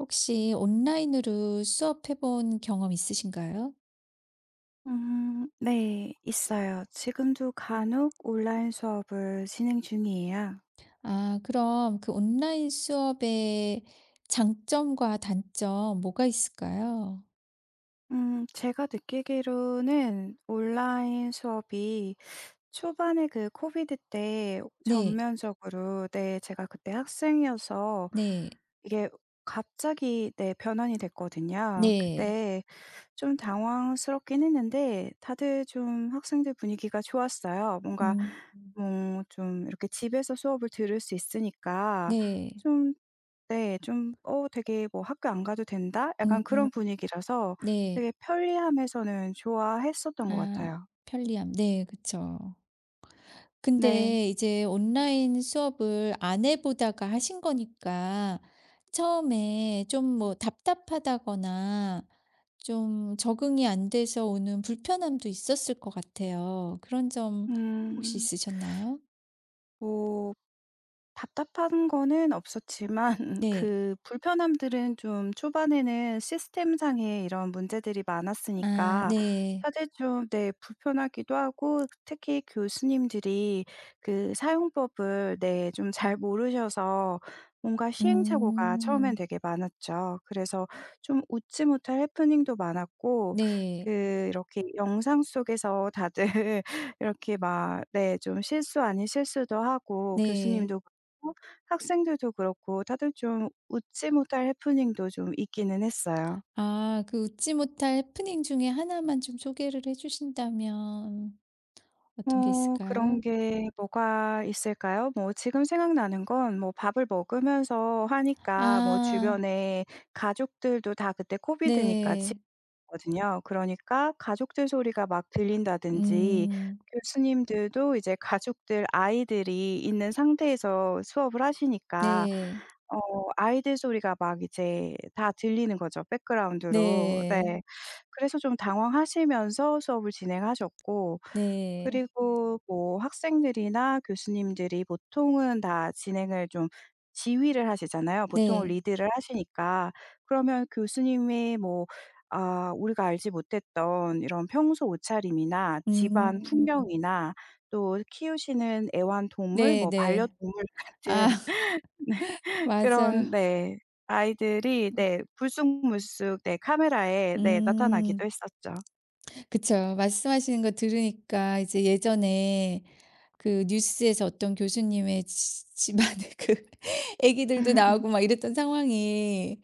혹시 온라인으로 수업해 본 경험 있으신가요? 네. 있어요. 지금도 간혹 온라인 수업을 진행 중이에요. 아, 그럼 그 온라인 수업의 장점과 단점 뭐가 있을까요? 제가 느끼기로는 온라인 수업이 초반에 그 코비드 때 네. 전면적으로, 네, 제가 그때 학생이어서 네. 이게 갑자기 네 변환이 됐거든요. 네. 그때 좀 당황스럽긴 했는데 다들 좀 학생들 분위기가 좋았어요. 뭔가 음 뭐 좀 이렇게 집에서 수업을 들을 수 있으니까 네. 좀, 네, 좀 되게 뭐 '학교 안 가도 된다?' 약간 그런 음 분위기라서 네. 되게 편리함에서는 좋아했었던 것 아, 같아요. 편리함. 네, 그쵸. 네. 근데 이제 온라인 수업을 안 해 보다가 하신 거니까 처음에 좀 뭐 답답하다거나 좀 적응이 안 돼서 오는 불편함도 있었을 것 같아요. 그런 점 혹시 음. 있으셨나요? 어. 답답한 거는 없었지만 네. 그 불편함들은 좀 초반에는 시스템상의 이런 문제들이 아, 많았으니까 네. 사실 좀, 네, 불편하기도 하고, 특히 교수님들이 그 사용법을 네 좀 잘 모르셔서 뭔가 시행착오가 처음엔 음. 되게 많았죠. 그래서 좀 웃지 못할 해프닝도 많았고, 그 네. 이렇게 영상 속에서 다들 이렇게 막 네 좀 실수 아닌 실수도 하고, 네. 교수님도 어 학생들도 그렇고 다들 좀 웃지 못할 해프닝도 좀 있기는 했어요. 아, 그 웃지 못할 해프닝 중에 하나만 좀 소개를 해 주신다면 어떤 게 그런 있을까요? 게 뭐가 있을까요? 뭐 지금 생각나는 건 뭐 밥을 먹으면서 하니까 뭐 아, 주변에 가족들도 다 그때 코비드니까 네. 거든요. 그러니까 가족들 소리가 막 들린다든지, 음. 교수님들도 이제 가족들 아이들이 있는 상태에서 수업을 하시니까 네. 어 아이들 소리가 막 이제 다 들리는 거죠, 백그라운드로. 네. 네. 그래서 좀 당황하시면서 수업을 진행하셨고, 네. 그리고 뭐 학생들이나 교수님들이 보통은 다 진행을 좀 지휘를 하시잖아요. 보통은 네. 리드를 하시니까. 그러면 교수님이 뭐 우리가 알지 못했던 이런 평소 옷차림이나 집안 음. 풍경이나 또 키우시는 애완동물, 뭐 네네. 반려동물 아, 같은 그런, 맞아요. 네, 아이들이 네 불쑥불쑥 네 카메라에 네 나타나기도 음. 했었죠. 그쵸. 말씀하시는 거 들으니까 이제 예전에 그 뉴스에서 어떤 교수님의 지 집안에 그 애기들도 나오고 막 이랬던 상황이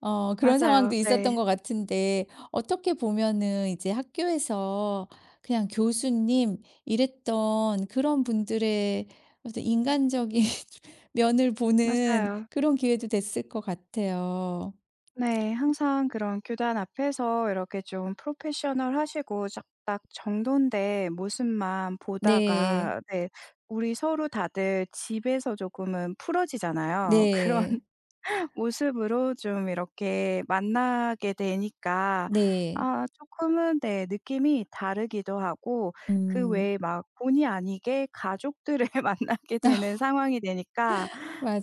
어, 그런 맞아요. 상황도 있었던 네. 것 같은데 어떻게 보면은 이제 학교에서 그냥 교수님 이랬던 그런 분들의 어떤 인간적인 면을 보는 맞아요. 그런 기회도 됐을 것 같아요. 네. 항상 그런 교단 앞에서 이렇게 좀 프로페셔널하시고 딱 정돈된 모습만 네. 보다가, 네, 우리 서로 다들 집에서 조금은 풀어지잖아요. 그런 네. 모습으로 좀 이렇게 만나게 되니까 네. 조금은 네 느낌이 다르기도 하고, 그 음. 외에 막 본의 아니게 가족들을 만나게 되는 상황이 되니까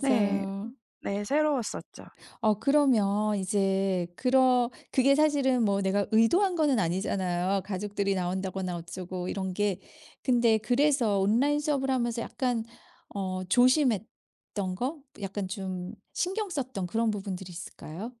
네. 네 새로웠었죠. 어 그러면 이제 그러 그게 사실은 뭐 내가 의도한 거는 아니잖아요. 가족들이 나온다거나 어쩌고 이런 게. 근데 그래서 온라인 수업을 하면서 약간 어, 조심했던 거? 약간 좀 신경 썼던 그런 부분들이 있을까요?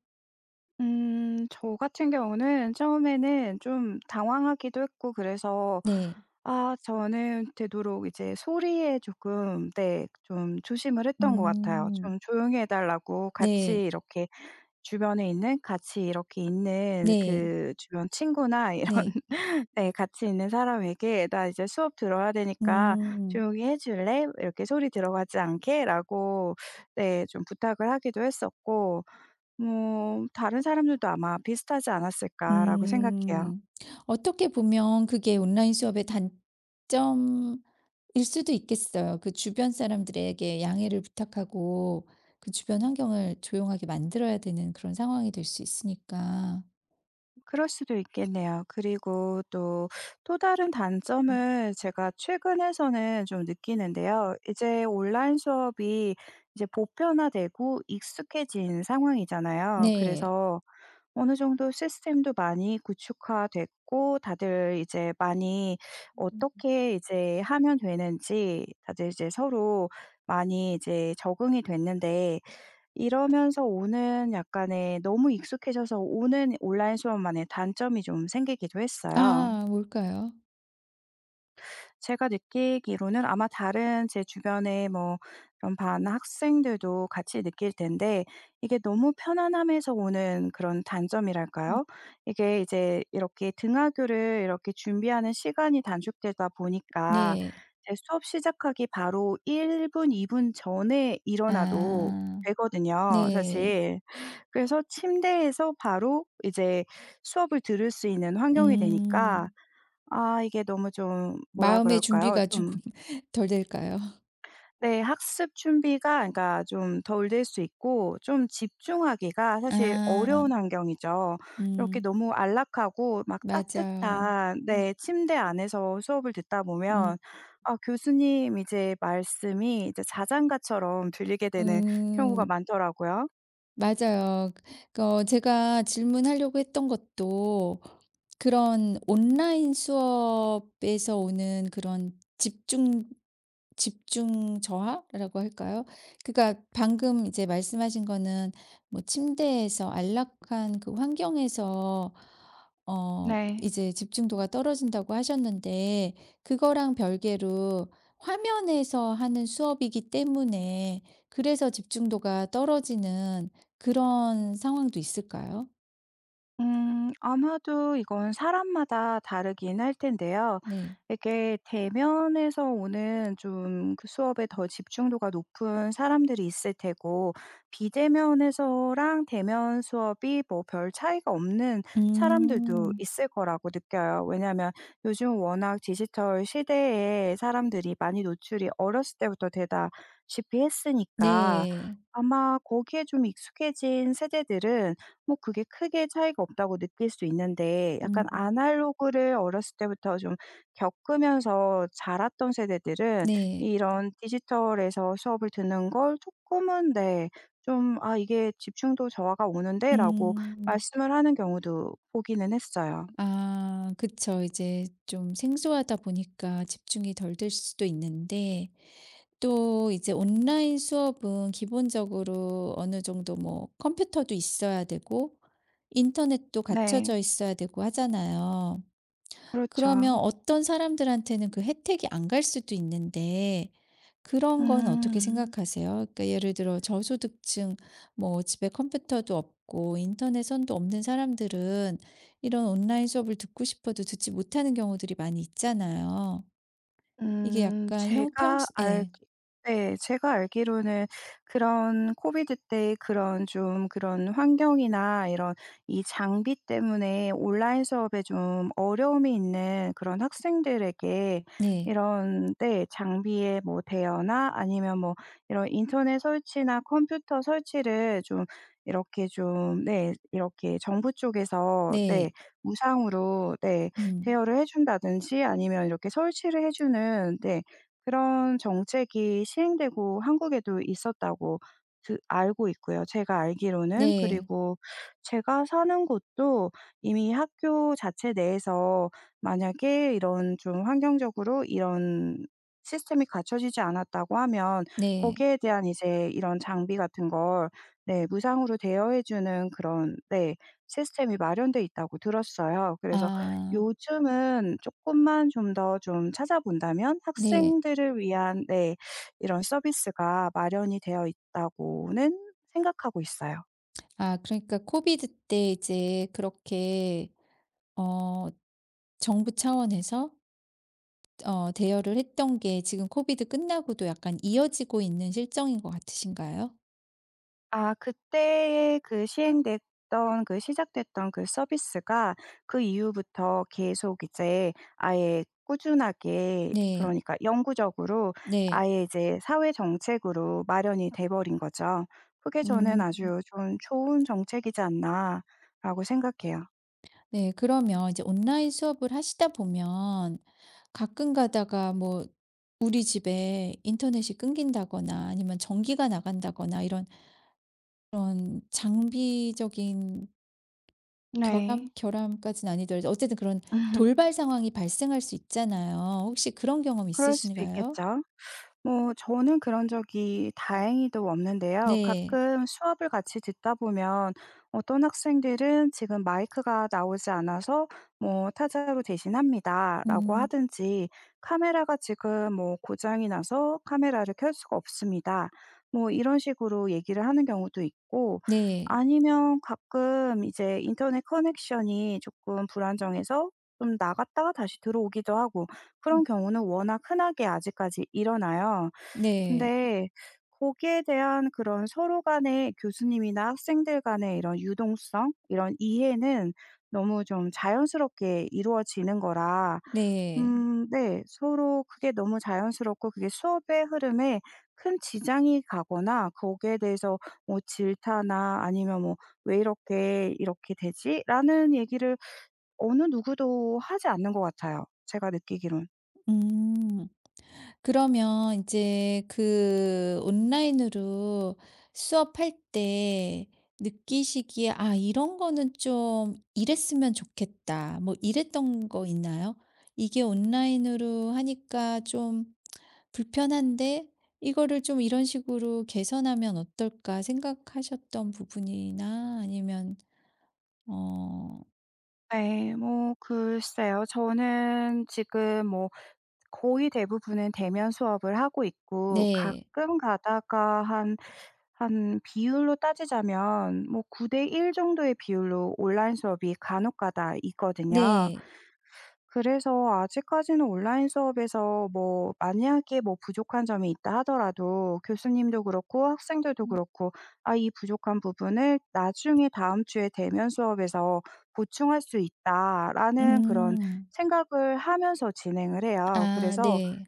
저 같은 경우는 처음에는 좀 당황하기도 했고, 그래서 네. 저는 되도록 이제 소리에 조금 네 좀 조심을 했던 것 같아요. 음. 좀 조용히 해 달라고, 같이 네. 이렇게 주변에 있는, 같이 이렇게 있는 네. 그 주변 친구나 이런 네. 네 같이 있는 사람에게 "나 이제 수업 들어야 되니까 음. 조용히 해 줄래?" 이렇게 "소리 들어가지 않게?"라고 네 좀 부탁을 하기도 했었고, 뭐 다른 사람들도 아마 비슷하지 않았을까라고 생각해요. 음. 어떻게 보면 그게 온라인 수업의 단점이 일 수도 있겠어요. 그 주변 사람들에게 양해를 부탁하고 그 주변 환경을 조용하게 만들어야 되는 그런 상황이 될 수 있으니까. 그럴 수도 있겠네요. 그리고 또 다른 음. 단점을 제가 최근에서는 좀 느끼는데요. 이제 온라인 수업이 이제 보편화되고 익숙해진 상황이잖아요. 네. 그래서 어느 정도 시스템도 많이 구축화됐고, 다들 이제 많이 음. 어떻게 이제 하면 되는지 다들 이제 서로 많이 이제 적응이 됐는데, 이러면서 오는 약간의 너무 익숙해져서 오는 온라인 수업만의 단점이 좀 생기기도 했어요. 아, 뭘까요? 제가 느끼기로는 아마 다른 제 주변의 뭐 그런 반 학생들도 같이 느낄 텐데, 이게 너무 편안함에서 오는 그런 음. 단점이랄까요? 이게 이제 이렇게 등하교를 이렇게 준비하는 시간이 단축되다 보니까 네. 이제 수업 시작하기 바로 1 분, 2분 전에 일어나도 아, 되거든요, 네. 사실. 그래서 침대에서 바로 이제 수업을 들을 수 있는 환경이 되니까 음. 이게 너무 좀 뭐라 마음의 그럴까요? 준비가 좀, 조금 덜 될까요? 네, 학습 준비가, 그러니까 좀 덜 될 수 있고, 좀 집중하기가 사실 어려운 아, 환경이죠. 이렇게 음, 너무 안락하고 막 맞아요. 따뜻한 음. 네 침대 안에서 수업을 듣다 보면 음. 교수님 이제 말씀이 이제 자장가처럼 들리게 되는 경우가 음. 많더라고요. 맞아요. 어 제가 질문하려고 했던 것도 그런 온라인 수업에서 오는 그런 집중 저하라고 할까요? 그러니까 방금 이제 말씀하신 거는 뭐 침대에서 안락한 그 환경에서 어, 네. 이제 집중도가 떨어진다고 하셨는데 그거랑 별개로 화면에서 하는 수업이기 때문에 그래서 집중도가 떨어지는 그런 상황도 있을까요? 아마도 이건 사람마다 다르긴 할 텐데요. 네. 이게 대면에서 오는 좀 그 수업에 더 집중도가 높은 사람들이 있을 테고, 비대면에서랑 대면 수업이 뭐 별 차이가 없는 사람들도 음. 있을 거라고 느껴요. 왜냐하면 요즘 워낙 디지털 시대에 사람들이 많이 노출이 어렸을 때부터 되다시피 했으니까 네. 아마 거기에 좀 익숙해진 세대들은 뭐 그게 크게 차이가 없다고 느낄 수 있는데, 약간 음. 아날로그를 어렸을 때부터 좀 겪으면서 자랐던 세대들은 네. 이런 디지털에서 수업을 듣는 걸 조금은 네 좀 '아 이게 집중도 저하가 오는데.'라고 음. 말씀을 하는 경우도 보기는 했어요. 아, 그쵸. 이제 좀 생소하다 보니까 집중이 덜 될 수도 있는데 또 이제 온라인 수업은 기본적으로 어느 정도 뭐 컴퓨터도 있어야 되고 인터넷도 네. 갖춰져 있어야 되고 하잖아요. 그렇죠. 그러면 어떤 사람들한테는 그 혜택이 안 갈 수도 있는데 그런 건 어떻게 음. 생각하세요? 그러니까 예를 들어 저소득층 뭐 집에 컴퓨터도 없고 인터넷 선도 없는 사람들은 이런 온라인 수업을 듣고 싶어도 듣지 못하는 경우들이 많이 있잖아요. 이게 음 약간 형평 제가 알기 네, 네 제가 알기로는 그런 코비드 때 그런 좀 그런 환경이나 이런 이 장비 때문에 온라인 수업에 좀 어려움이 있는 그런 학생들에게 네. 이런, 네, 장비의 뭐 대여나 아니면 뭐 이런 인터넷 설치나 컴퓨터 설치를 좀 이렇게 좀, 네, 이렇게 정부 쪽에서 네 네. 무상으로 네 음. 대여를 해 준다든지 아니면 이렇게 설치를 해 주는 네 그런 정책이 시행되고 한국에도 있었다고 알고 있고요. 제가 알기로는. 네. 그리고 제가 사는 곳도 이미 학교 자체 내에서 만약에 이런 좀 환경적으로 이런 시스템이 갖춰지지 않았다고 하면 네. 거기에 대한 이제 이런 장비 같은 걸 네 무상으로 대여해 주는 그런 네 시스템이 마련돼 있다고 들었어요. 그래서 아. 요즘은 조금만 좀 더 좀 찾아본다면 네. 학생들을 위한 네 이런 서비스가 마련이 되어 있다고는 생각하고 있어요. 아, 그러니까 코비드 때 이제 그렇게 어, 정부 차원에서 어, 대여를 했던 게 지금 코비드 끝나고도 약간 이어지고 있는 실정인 것 같으신가요? 그때 그 시행됐던 그 시작됐던 그 서비스가 그 이후부터 계속 이제 아예 꾸준하게, 네. 그러니까 영구적으로 네. 아예 이제 사회 정책으로 마련이 돼 버린 거죠. 그게 저는 음 아주 좀 '좋은 정책이지 않나.'라고 생각해요. 네. 그러면 이제 온라인 수업을 하시다 보면 가끔 가다가 뭐 우리 집에 인터넷이 끊긴다거나 아니면 전기가 나간다거나 이런 그런 장비적인 네. 결함까지는 아니더라도 어쨌든 그런 돌발 상황이 발생할 수 있잖아요. 혹시 그런 경험 그럴 수도 있으신가요? 있겠죠. 뭐 저는 그런 적이 다행히도 없는데요. 네. 가끔 수업을 같이 듣다 보면 어떤 학생들은 "지금 마이크가 나오지 않아서 뭐 타자로 대신합니다."라고 음 하든지, "카메라가 지금 뭐 고장이 나서 카메라를 켤 수가 없습니다." 뭐 이런 식으로 얘기를 하는 경우도 있고, 네. 아니면 가끔 이제 인터넷 커넥션이 조금 불안정해서 좀 나갔다가 다시 들어오기도 하고, 그런 경우는 워낙 흔하게 아직까지 일어나요. 네. 근데 거기에 대한 그런 서로 간의 교수님이나 학생들 간의 이런 유동성, 이런 이해는 너무 좀 자연스럽게 이루어지는 거라, 네. 음, 네, 서로 그게 너무 자연스럽고, 그게 수업의 흐름에 큰 지장이 가거나 거기에 대해서 뭐 질타나 아니면 뭐 "왜 이렇게, 이렇게 되지?"라는 얘기를 어느 누구도 하지 않는 것 같아요, 제가 느끼기론. 음. 그러면 이제 그 온라인으로 수업할 때 느끼시기에 '아 이런 거는 좀 이랬으면 좋겠다.' 뭐 이랬던 거 있나요? '이게 온라인으로 하니까 좀 불편한데 이거를 좀 이런 식으로 개선하면 어떨까?' 생각하셨던 부분이나 아니면 어, 네. 뭐 글쎄요. 저는 지금 뭐 거의 대부분은 대면 수업을 하고 있고, 네. 가끔 가다가 한 비율로 따지자면 뭐 9대 1 정도의 비율로 온라인 수업이 간혹 가다 있거든요. 네. 그래서 아직까지는 온라인 수업에서 뭐, 만약에 뭐 부족한 점이 있다 하더라도 교수님도 그렇고 학생들도 그렇고 '아 이 부족한 부분을 나중에 다음 주에 대면 수업에서 보충할 수 있다.'라는 그런 음. 생각을 하면서 진행을 해요. 아, 그래서 네.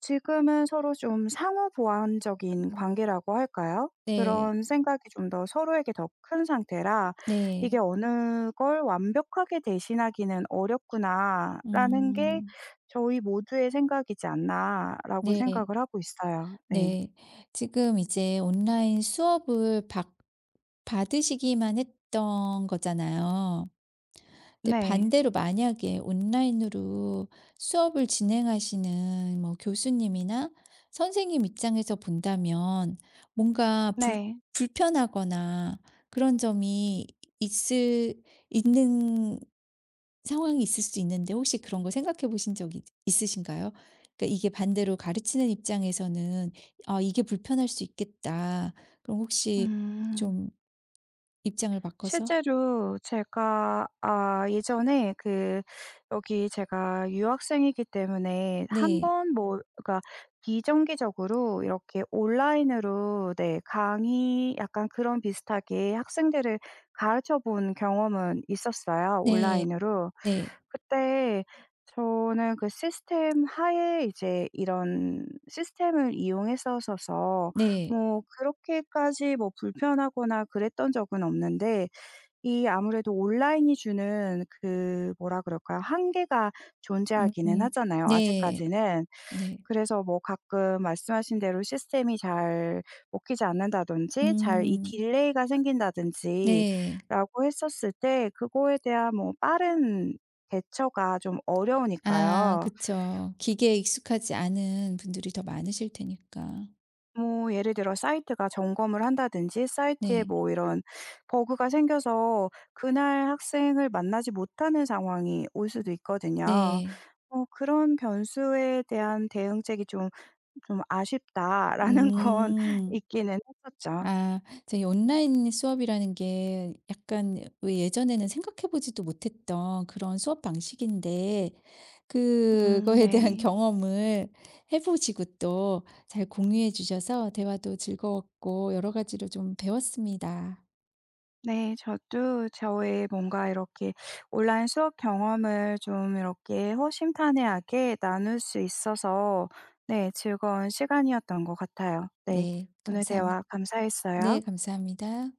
지금은 서로 좀 상호 보완적인 음 관계라고 할까요? 네. 그런 생각이 좀 더 서로에게 더 큰 상태라 '이게 네. 어느 걸 완벽하게 대신하기는 어렵구나.'라는 게 음 저희 모두의 생각이지 않나라고 네. 생각을 하고 있어요. 네. 네. 지금 이제 온라인 수업을 받 받으시기만 했던 거잖아요. 근데 네. 반대로 만약에 온라인으로 수업을 진행하시는 뭐 교수님이나 선생님 입장에서 본다면 뭔가 불 네. 불편하거나 그런 점이 있을 있는 상황이 있을 수 있는데 혹시 그런 거 생각해 보신 적 있으신가요? 그러니까 이게 반대로 가르치는 입장에서는 '아 이게 불편할 수 있겠다.' 그럼 혹시 음. 좀 입장을 바꿔서 실제로 제가 예전에 그 여기 제가 유학생이기 때문에 한 네. 번 뭐, 그러니까 비정기적으로 이렇게 온라인으로 네 강의 약간 그런 비슷하게 학생들을 가르쳐 본 경험은 있었어요, 네. 온라인으로. 네. 그때 저는 그 시스템 하에 이제 이런 시스템을 이용했었어서 네. 뭐 그렇게까지 뭐 불편하거나 그랬던 적은 없는데, 이 아무래도 온라인이 주는 그 뭐라 그럴까요? 한계가 음. 존재하기는 하잖아요, 네. 아직까지는. 네. 그래서 뭐 가끔 말씀하신 대로 시스템이 잘 먹히지 않는다든지 잘 이 음. 딜레이가 생긴다든지 네. 라고 했었을 때 그거에 대한 뭐 빠른 대처가 좀 아, 어려우니까요. 그쵸. 기계에 익숙하지 않은 분들이 더 많으실 테니까. 뭐 예를 들어 사이트가 점검을 한다든지 사이트에 네. 뭐 이런 버그가 생겨서 그날 학생을 만나지 못하는 상황이 올 수도 있거든요. 네. 그런 변수에 대한 대응책이 좀 '아쉽다.'라는 건 음. 있기는 했었죠. 아, 이제 이 온라인 수업이라는 게 약간 왜 예전에는 생각해 보지도 못했던 그런 수업 방식인데 그거에 대한 네. 경험을 해 보시고 또 잘 공유해 주셔서 대화도 즐거웠고 여러 가지로 좀 배웠습니다. 네. 저도 저의 뭔가 이렇게 온라인 수업 경험을 좀 이렇게 허심탄회하게 나눌 수 있어서 네 즐거운 시간이었던 것 같아요. 네. 네 오늘 감사합니 대화 감사했어요. 네, 감사합니다.